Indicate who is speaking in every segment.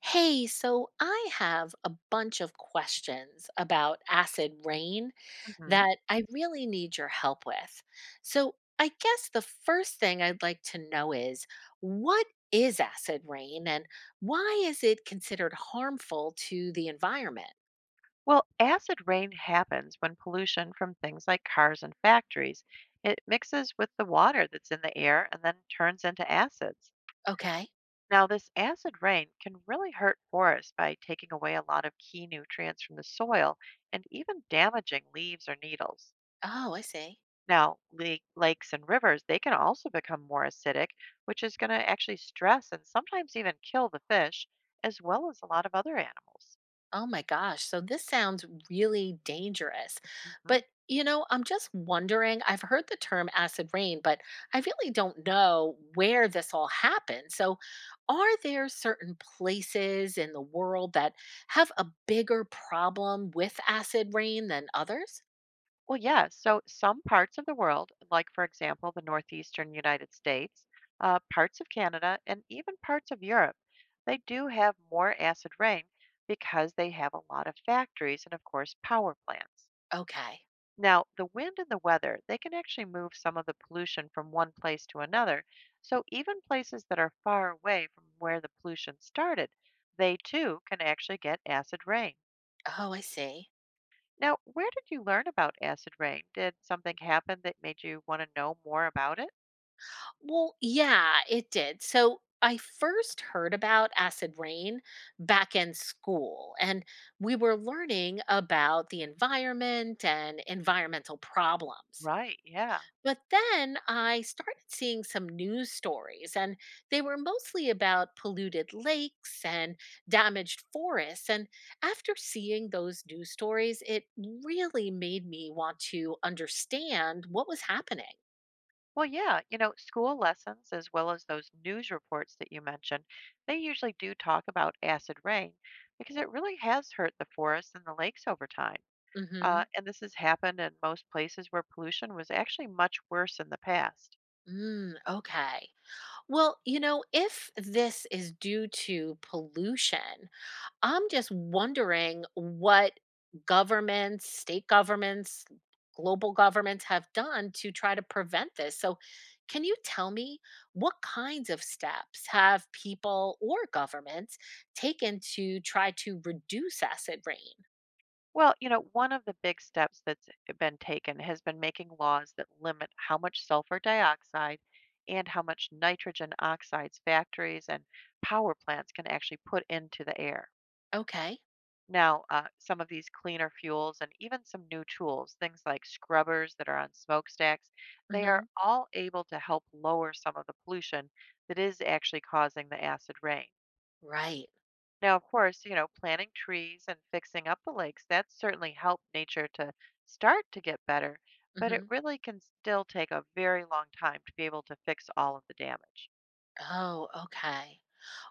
Speaker 1: Hey, so I have a bunch of questions about acid rain
Speaker 2: Mhm.
Speaker 1: that I really need your help with. So, I guess the first thing I'd like to know is what is acid rain and why is it considered harmful to the environment?
Speaker 2: Well, acid rain happens when pollution from things like cars and factories. It mixes with the water that's in the air and then turns into acids.
Speaker 1: Okay.
Speaker 2: Now, this acid rain can really hurt forests by taking away a lot of key nutrients from the soil and even damaging leaves or needles.
Speaker 1: Oh, I see.
Speaker 2: Now, lakes and rivers, they can also become more acidic, which is going to actually stress and sometimes even kill the fish, as well as a lot of other animals.
Speaker 1: Oh my gosh. So this sounds really dangerous.
Speaker 2: Mhm.
Speaker 1: But I'm just wondering. I've heard the term acid rain, but I really don't know where this all happened. So, are there certain places in the world that have a bigger problem with acid rain than others?
Speaker 2: Well, yeah. So some parts of the world, like for example, the northeastern United States, parts of Canada, and even parts of Europe, they do have more acid rain because they have a lot of factories and, of course, power plants.
Speaker 1: Okay.
Speaker 2: Now, the wind and the weather, they can actually move some of the pollution from one place to another. So even places that are far away from where the pollution started, they too can actually get acid rain.
Speaker 1: Oh, I see.
Speaker 2: Now, where did you learn about acid rain? Did something happen that made you want to know more about it?
Speaker 1: Well, yeah, it did. So I first heard about acid rain back in school, and we were learning about the environment and environmental problems.
Speaker 2: Right, yeah.
Speaker 1: But then I started seeing some news stories, and they were mostly about polluted lakes and damaged forests. And after seeing those news stories, it really made me want to understand what was happening.
Speaker 2: Well, yeah, you know, school lessons as well as those news reports that you mentioned, they usually do talk about acid rain because it really has hurt the forests and the lakes over time.
Speaker 1: Mm-hmm.
Speaker 2: And this has happened in most places where pollution was actually much worse in the past.
Speaker 1: Mm, okay. Well, if this is due to pollution, I'm just wondering what governments, state governments, global governments have done to try to prevent this. So, can you tell me what kinds of steps have people or governments taken to try to reduce acid rain?
Speaker 2: Well, you know, one of the big steps that's been taken has been making laws that limit how much sulfur dioxide and how much nitrogen oxides factories and power plants can actually put into the air.
Speaker 1: Okay.
Speaker 2: Now, some of these cleaner fuels and even some new tools, things like scrubbers that are on smokestacks, they are
Speaker 1: Hmm.
Speaker 2: all able to help lower some of the pollution that is actually causing the acid rain.
Speaker 1: Right.
Speaker 2: Now, of course, you know, planting trees and fixing up the lakes, that certainly helped nature to start to get better, but
Speaker 1: Hmm.
Speaker 2: it really can still take a very long time to be able to fix all of the damage.
Speaker 1: Oh, okay.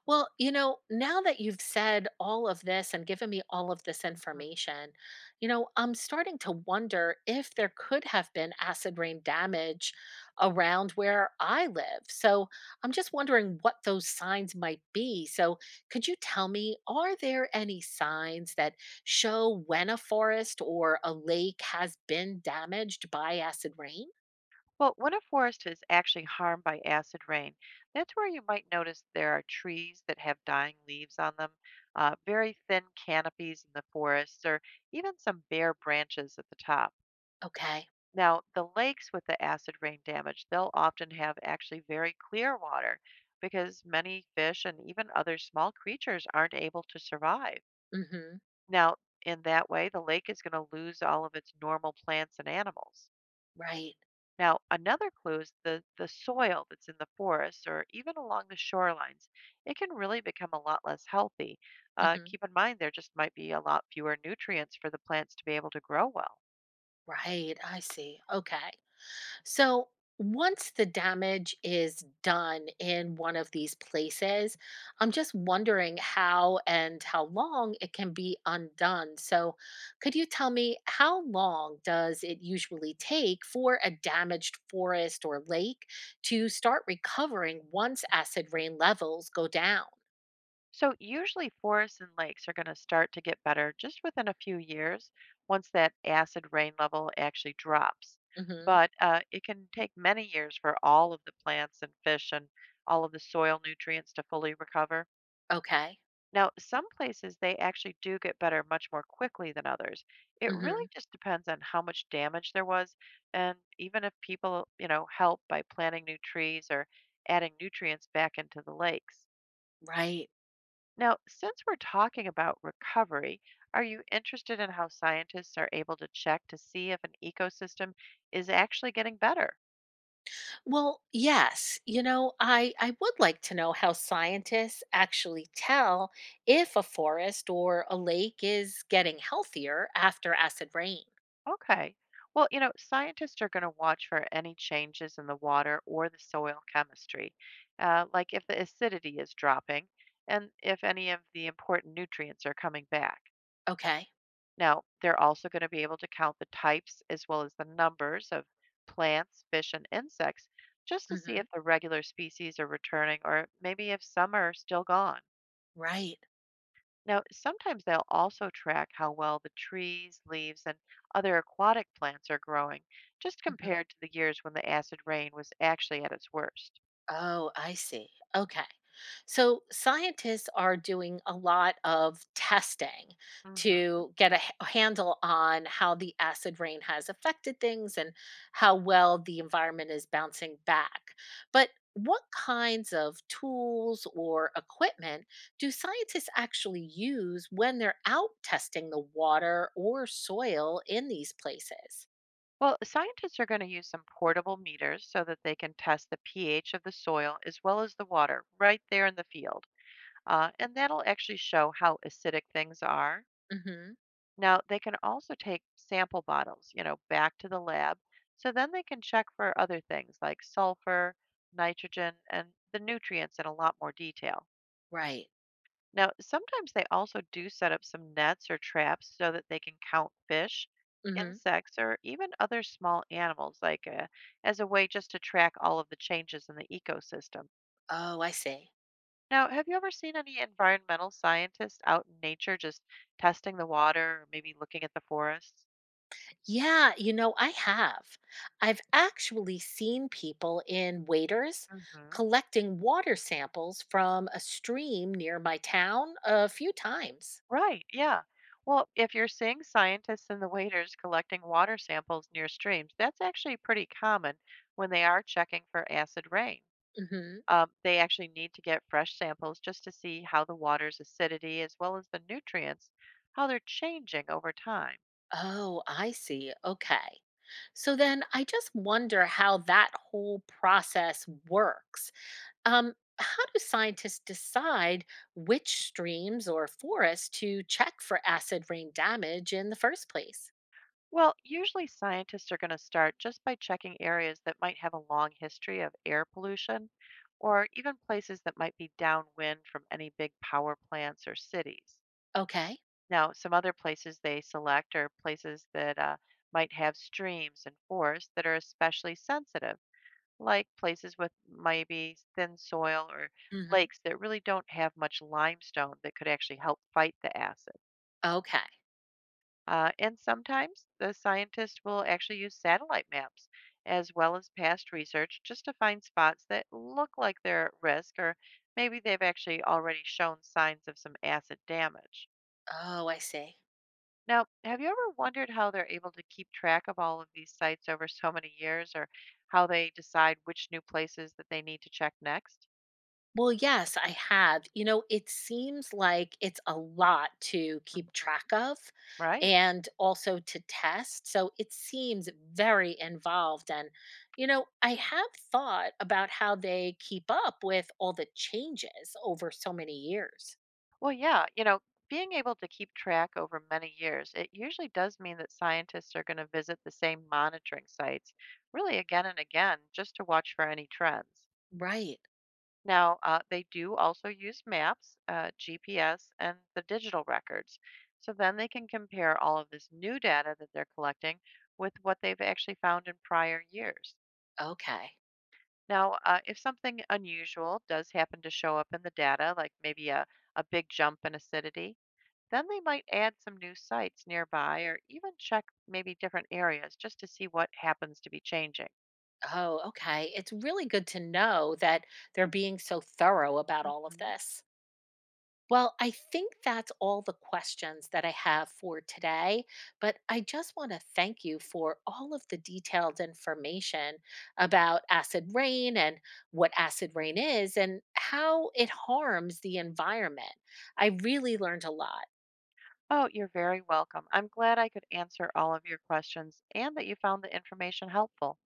Speaker 1: Well, now that you've said all of this and given me all of this
Speaker 2: Mhm.
Speaker 1: information, I'm starting to wonder if there could have been acid rain damage around where I live. So I'm just wondering what those signs might be. So could you tell me, are there any signs that show when a forest or a lake has been damaged by acid rain?
Speaker 2: Well, when a forest is actually harmed by acid rain, that's where you might notice there are trees that have dying leaves on them, very thin canopies in the forests, or even some bare branches at the top.
Speaker 1: Okay.
Speaker 2: Now, the lakes with the acid rain damage, they'll often have actually very clear water because many fish and even other small creatures aren't able to survive.
Speaker 1: Mm hmm.
Speaker 2: Now, in that way, the lake is going to lose all of its normal plants and animals.
Speaker 1: Right.
Speaker 2: Now, another clue is the soil that's in the forests or even along the shorelines. It can really become a lot less healthy.
Speaker 1: Mm
Speaker 2: Uh,
Speaker 1: hmm.
Speaker 2: keep in mind, there just might be a lot fewer nutrients for the plants to be able to grow well.
Speaker 1: Right. I see. Okay. So once the damage is done in one of these places, I'm just wondering how and how long it can be undone. So, could you tell me how long does it usually take for a damaged forest or lake to start recovering once acid rain levels go down?
Speaker 2: So, usually forests and lakes are going to start to get better just within a few years once that acid rain level actually drops.
Speaker 1: Hmm.
Speaker 2: But it can take many years for all of the plants and fish and all of the soil nutrients to fully recover.
Speaker 1: Okay.
Speaker 2: Now, some places they actually do get better much more quickly than others. It really
Speaker 1: Hmm.
Speaker 2: just depends on how much damage there was, and even if people, you know, help by planting new trees or adding nutrients back into the lakes.
Speaker 1: Right.
Speaker 2: Now, since we're talking about recovery, are you interested in how scientists are able to check to see if an ecosystem is actually getting better?
Speaker 1: Well, yes. I would like to know how scientists actually tell if a forest or a lake is getting healthier after acid rain.
Speaker 2: Okay. Well, you know, scientists are going to watch for any changes in the water or the soil chemistry, like if the acidity is dropping and if any of the important nutrients are coming back.
Speaker 1: Okay.
Speaker 2: Now, they're also going to be able to count the types as well as the numbers of plants, fish, and insects just to see if
Speaker 1: Hmm.
Speaker 2: the regular species are returning or maybe if some are still gone.
Speaker 1: Right.
Speaker 2: Now, sometimes they'll also track how well the trees, leaves, and other aquatic plants are growing, just
Speaker 1: Mm-hmm.
Speaker 2: compared to the years when the acid rain was actually at its worst.
Speaker 1: Oh, I see. Okay. So scientists are doing a lot of testing
Speaker 2: Hmm.
Speaker 1: to get a handle on how the acid rain has affected things and how well the environment is bouncing back. But what kinds of tools or equipment do scientists actually use when they're out testing the water or soil in these places?
Speaker 2: Well, scientists are going to use some portable meters so that they can test the pH of the soil as well as the water right there in the field. And that'll actually show how acidic things are.
Speaker 1: Mhm.
Speaker 2: Now, they can also take sample bottles, you know, back to the lab, so then they can check for other things like sulfur, nitrogen, and the nutrients in a lot more detail.
Speaker 1: Right.
Speaker 2: Now, sometimes they also do set up some nets or traps so that they can count fish,
Speaker 1: Mhm.
Speaker 2: insects, or even other small animals, like as a way just to track all of the changes in the ecosystem.
Speaker 1: Oh, I see.
Speaker 2: Now, have you ever seen any environmental scientists out in nature just testing the water or maybe looking at the forests?
Speaker 1: Yeah, I have. I've actually seen people in waders
Speaker 2: Hmm.
Speaker 1: collecting water samples from a stream near my town a few times.
Speaker 2: Right, yeah. Well, if you're seeing scientists and the waiters collecting water samples near streams, that's actually pretty common when they are checking for acid rain.
Speaker 1: Hmm.
Speaker 2: They actually need to get fresh samples just to see how the water's acidity as well as the nutrients, how they're changing over time.
Speaker 1: Oh, I see. Okay. So then I just wonder how that whole process works. Um, how do scientists decide which streams or forests to check for acid rain damage in the first place?
Speaker 2: Well, usually scientists are going to start just by checking areas that might have a long history of air pollution or even places that might be downwind from any big power plants or cities.
Speaker 1: Okay.
Speaker 2: Now, some other places they select are places that might have streams and forests that are especially sensitive, like places with maybe thin soil or
Speaker 1: Hmm.
Speaker 2: lakes that really don't have much limestone that could actually help fight the acid.
Speaker 1: Okay.
Speaker 2: And sometimes the scientists will actually use satellite maps as well as past research just to find spots that look like they're at risk or maybe they've actually already shown signs of some acid damage.
Speaker 1: Oh, I see.
Speaker 2: Now, have you ever wondered how they're able to keep track of all of these sites over so many years or how they decide which new places that they need to check next?
Speaker 1: Well, yes, I have. It seems like it's a lot to
Speaker 2: Hmm.
Speaker 1: keep track of
Speaker 2: Right.
Speaker 1: and also to test. So it seems very involved. And I have thought about how they keep up with all the changes over so many years.
Speaker 2: Well, yeah, you know, being able to keep track over many years, it usually does mean that scientists are going to visit the same monitoring sites really again and again just to watch for any trends.
Speaker 1: Right.
Speaker 2: Now, they do also use maps, GPS, and the digital records. So then they can compare all of this new data that they're collecting with what they've actually found in prior years.
Speaker 1: Okay.
Speaker 2: Now, if something unusual does happen to show up in the data, like maybe a big jump in acidity, then they might add some new sites nearby or even check maybe different areas just to see what happens to be changing.
Speaker 1: Oh, okay. It's really good to know that they're being so thorough about all of
Speaker 2: Mhm.
Speaker 1: this. Well, I think that's all the questions that I have for today, but I just want to thank you for all of the detailed information about acid rain and what acid rain is and how it harms the environment. I really learned a lot.
Speaker 2: Oh, you're very welcome. I'm glad I could answer all of your questions and that you found the information helpful.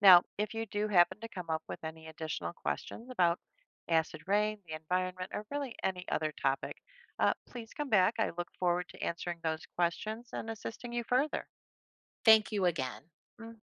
Speaker 2: Now, if you do happen to come up with any additional questions about acid rain, the environment, or really any other topic, please come back. I look forward to answering those questions and assisting you further.
Speaker 1: Thank you again.